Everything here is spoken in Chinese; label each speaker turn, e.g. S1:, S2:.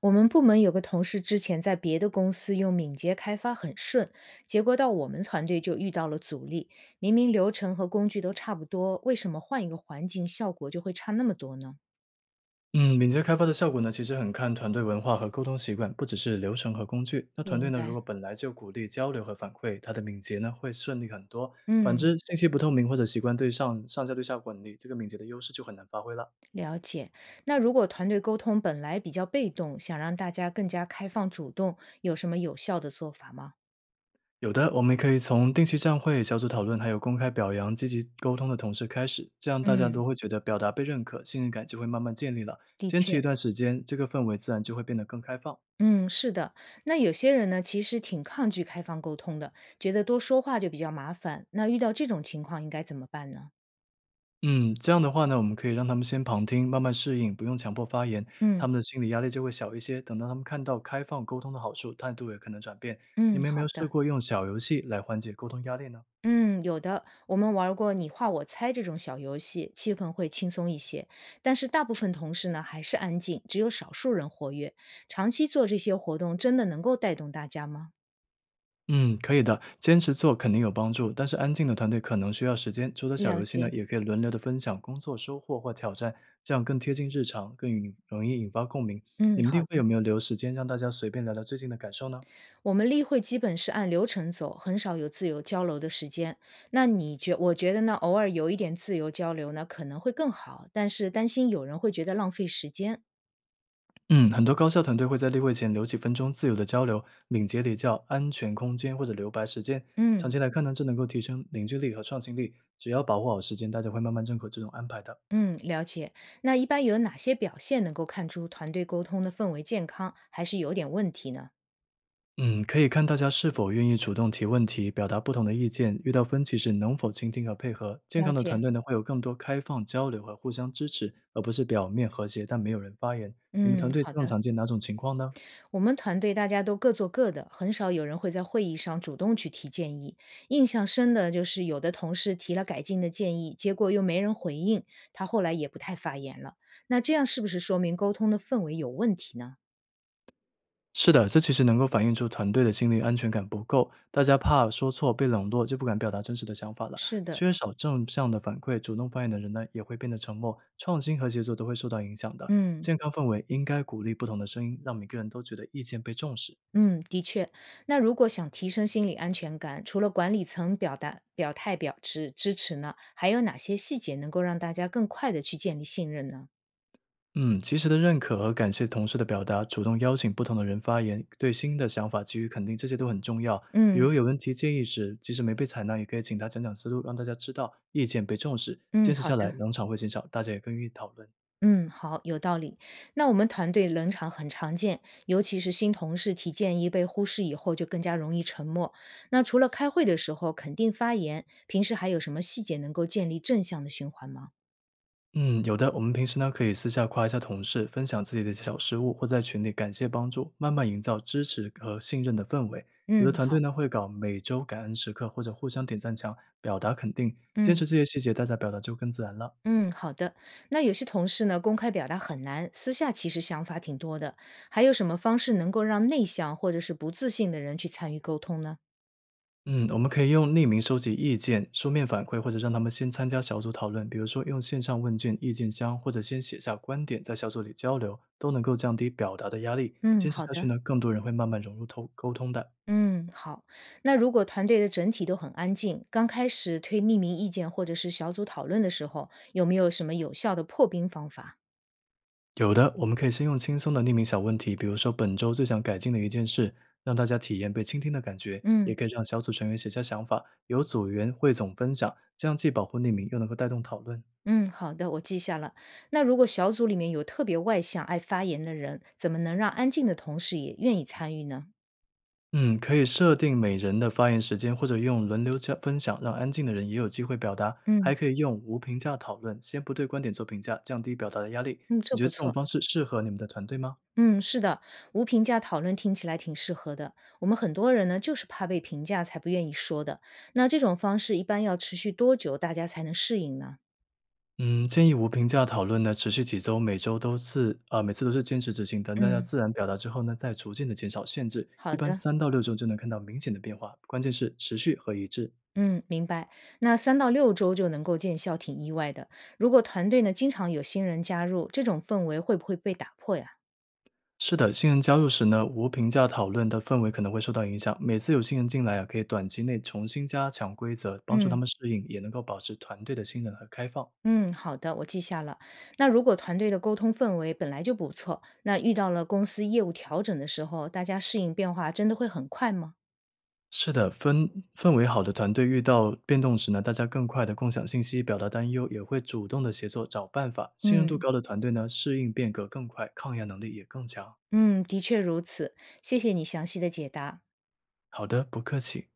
S1: 我们部门有个同事之前在别的公司用敏捷开发很顺，结果到我们团队就遇到了阻力。明明流程和工具都差不多，为什么换一个环境效果就会差那么多呢？
S2: 嗯，敏捷开发的效果呢，其实很看团队文化和沟通习惯，不只是流程和工具。那团队
S1: 明
S2: 呢，如果
S1: 白。
S2: 本来就鼓励交流和反馈，它的敏捷呢会顺利很多。反
S1: 嗯，
S2: 之，信息不透明或者习惯对上上下对下管理，这个敏捷的优势就很难发挥了。
S1: 了解。那如果团队沟通本来比较被动，想让大家更加开放主动，有什么有效的做法吗？
S2: 有的，我们可以从定期站会、小组讨论，还有公开表扬、积极沟通的同事开始，这样大家
S1: 嗯，
S2: 都会觉得表达被认可，信任感就会慢慢建立了。
S1: 的
S2: 坚持一
S1: 确。
S2: 段时间，这个氛围自然就会变得更开放。
S1: 嗯，是的。那有些人呢，其实挺抗拒开放沟通的，觉得多说话就比较麻烦。那遇到这种情况应该怎么办呢？
S2: 嗯，这样的话呢，我们可以让他们先旁听，慢慢适应，不用强迫发言，他
S1: 嗯
S2: 们的心理压力就会小一些。等到他们看到开放沟通的好处，态度也可能转变。你
S1: 嗯，
S2: 们有没
S1: 好
S2: 有试
S1: 的。
S2: 过用小游戏来缓解沟通压力呢？
S1: 嗯，有的，我们玩儿过你画我猜这种小游戏，气氛会轻松一些。但是大部分同事呢还是安静，只有少数人活跃。长期做这些活动，真的能够带动大家吗？
S2: 嗯，可以的，坚持做肯定有帮助，但是安静的团队可能需要时间。除了小
S1: 了
S2: 游戏呢，
S1: 解。
S2: 也可以轮流的分享工作收获或挑战，这样更贴近日常，更引容易引发共鸣。
S1: 嗯，
S2: 你们
S1: 好
S2: 定
S1: 的。
S2: 会有没有留时间让大家随便聊聊最近的感受呢？
S1: 我们例会基本是按流程走，很少有自由交流的时间。那你觉，我觉得呢，偶尔有一点自由交流呢，可能会更好，但是担心有人会觉得浪费时间。
S2: 嗯，很多高校团队会在例会前留几分钟自由的交流，敏捷礼教、安全空间或者留白时间。长
S1: 嗯。
S2: 期来看呢，这能够提升凝聚力和创新力。只要保护好时间，大家会慢慢认可这种安排的。
S1: 嗯，了解。那一般有哪些表现能够看出团队沟通的氛围健康，还是有点问题呢？
S2: 嗯，可以看大家是否愿意主动提问题，表达不同的意见，遇到分歧时能否倾听和配合。健
S1: 了
S2: 康的团
S1: 解。
S2: 队呢，会有更多开放交流和互相支持，而不是表面和谐但没有人发言。你们
S1: 嗯，
S2: 团队
S1: 好
S2: 更
S1: 的。
S2: 常见哪种情况呢？
S1: 我们团队大家都各做各的，很少有人会在会议上主动去提建议。印象深的就是有的同事提了改进的建议，结果又没人回应，他后来也不太发言了。那这样是不是说明沟通的氛围有问题呢？
S2: 是的，这其实能够反映出团队的心理安全感不够，大家怕说错、被冷落，就不敢表达真实的想法了。
S1: 是的，
S2: 缺少正向的反馈，主动发言的人呢，也会变得沉默，创新和协作都会受到影响的。
S1: 嗯。
S2: 健康氛围应该鼓励不同的声音，让每个人都觉得意见被重视。
S1: 嗯，的确。那如果想提升心理安全感，除了管理层表达表态表示支持呢，还有哪些细节能够让大家更快的去建立信任呢？
S2: 嗯，及时的认可和感谢同事的表达，主动邀请不同的人发言，对新的想法给予肯定，这些都很重要。比
S1: 嗯
S2: 如有问题建议时，即使没被采纳，也可以请他讲讲思路，让大家知道意见被重视。
S1: 嗯，
S2: 坚持
S1: 好
S2: 下来，
S1: 的。
S2: 冷场会减少，大家也更愿意讨论。
S1: 嗯，好，有道理。那我们团队冷场很常见，尤其是新同事提建议被忽视以后，就更加容易沉默。那除了开会的时候肯定发言，平时还有什么细节能够建立正向的循环吗？
S2: 嗯，有的。我们平时呢，可以私下夸一下同事，分享自己的小失误，或在群里感谢帮助，慢慢营造支持和信任的氛围。有的
S1: 嗯，
S2: 团队
S1: 好。
S2: 呢，会搞每周感恩时刻，或者互相点赞墙，表达肯定。坚
S1: 嗯。
S2: 持这些细节，大家表达就更自然了。
S1: 嗯，好的。那有些同事呢，公开表达很难，私下其实想法挺多的。还有什么方式能够让内向或者是不自信的人去参与沟通呢？
S2: 嗯，我们可以用匿名收集意见、书面反馈，或者让他们先参加小组讨论，比如说用线上问卷、意见箱，或者先写下观点，在小组里交流，都能够降低表达的压力。
S1: 嗯，
S2: 坚持
S1: 好
S2: 下去
S1: 的。
S2: 呢，更多人会慢慢融入沟通的。
S1: 嗯，好。那如果团队的整体都很安静，刚开始推匿名意见或者是小组讨论的时候，有没有什么有效的破冰方法？
S2: 有的，我们可以先用轻松的匿名小问题，比如说本周最想改进的一件事，让大家体验被倾听的感觉，也
S1: 嗯
S2: 可以让小组成员写下想法，由组员汇总分享，这样既保护匿名，又能够带动讨论。
S1: 嗯，好的，我记下了。那如果小组里面有特别外向、爱发言的人，怎么能让安静的同事也愿意参与呢？
S2: 嗯，可以设定每人的发言时间，或者用轮流加分享，让安静的人也有机会表达。
S1: 嗯
S2: 还可以用无评价讨论，先不对观点做评价，降低表达的压力。
S1: 嗯，这
S2: 你觉得
S1: 不
S2: 这种
S1: 错。
S2: 方式适合你们的团队吗？
S1: 嗯，是的，无评价讨论听起来挺适合的。我们很多人呢，就是怕被评价才不愿意说的。那这种方式一般要持续多久，大家才能适应呢？
S2: 嗯，建议无评价讨论呢，持续几周，每周都是啊、每次都是坚持执行。等大家
S1: 嗯，
S2: 自然表达之后呢，再逐渐的减少限制，一
S1: 好
S2: 般
S1: 的。
S2: 3到6周就能看到明显的变化。关键是持续和一致。
S1: 嗯，明白。那3到6周就能够见效，挺意外的。如果团队呢经常有新人加入，这种氛围会不会被打破呀？
S2: 是的，新人加入时呢，无评价讨论的氛围可能会受到影响。每次有新人进来啊，可以短期内重新加强规则，帮助他
S1: 嗯
S2: 们适应，也能够保持团队的信任和开放。
S1: 嗯，好的，我记下了。那如果团队的沟通氛围本来就不错，那遇到了公司业务调整的时候，大家适应变化真的会很快吗？
S2: 是的，氛围好的团队遇到变动时呢，大家更快的共享信息、表达担忧，也会主动的协作找办法。信任度
S1: 嗯。
S2: 高的团队呢，适应变革更快，抗压能力也更强。
S1: 嗯，的确如此。谢谢你详细的解答。
S2: 好的，不客气。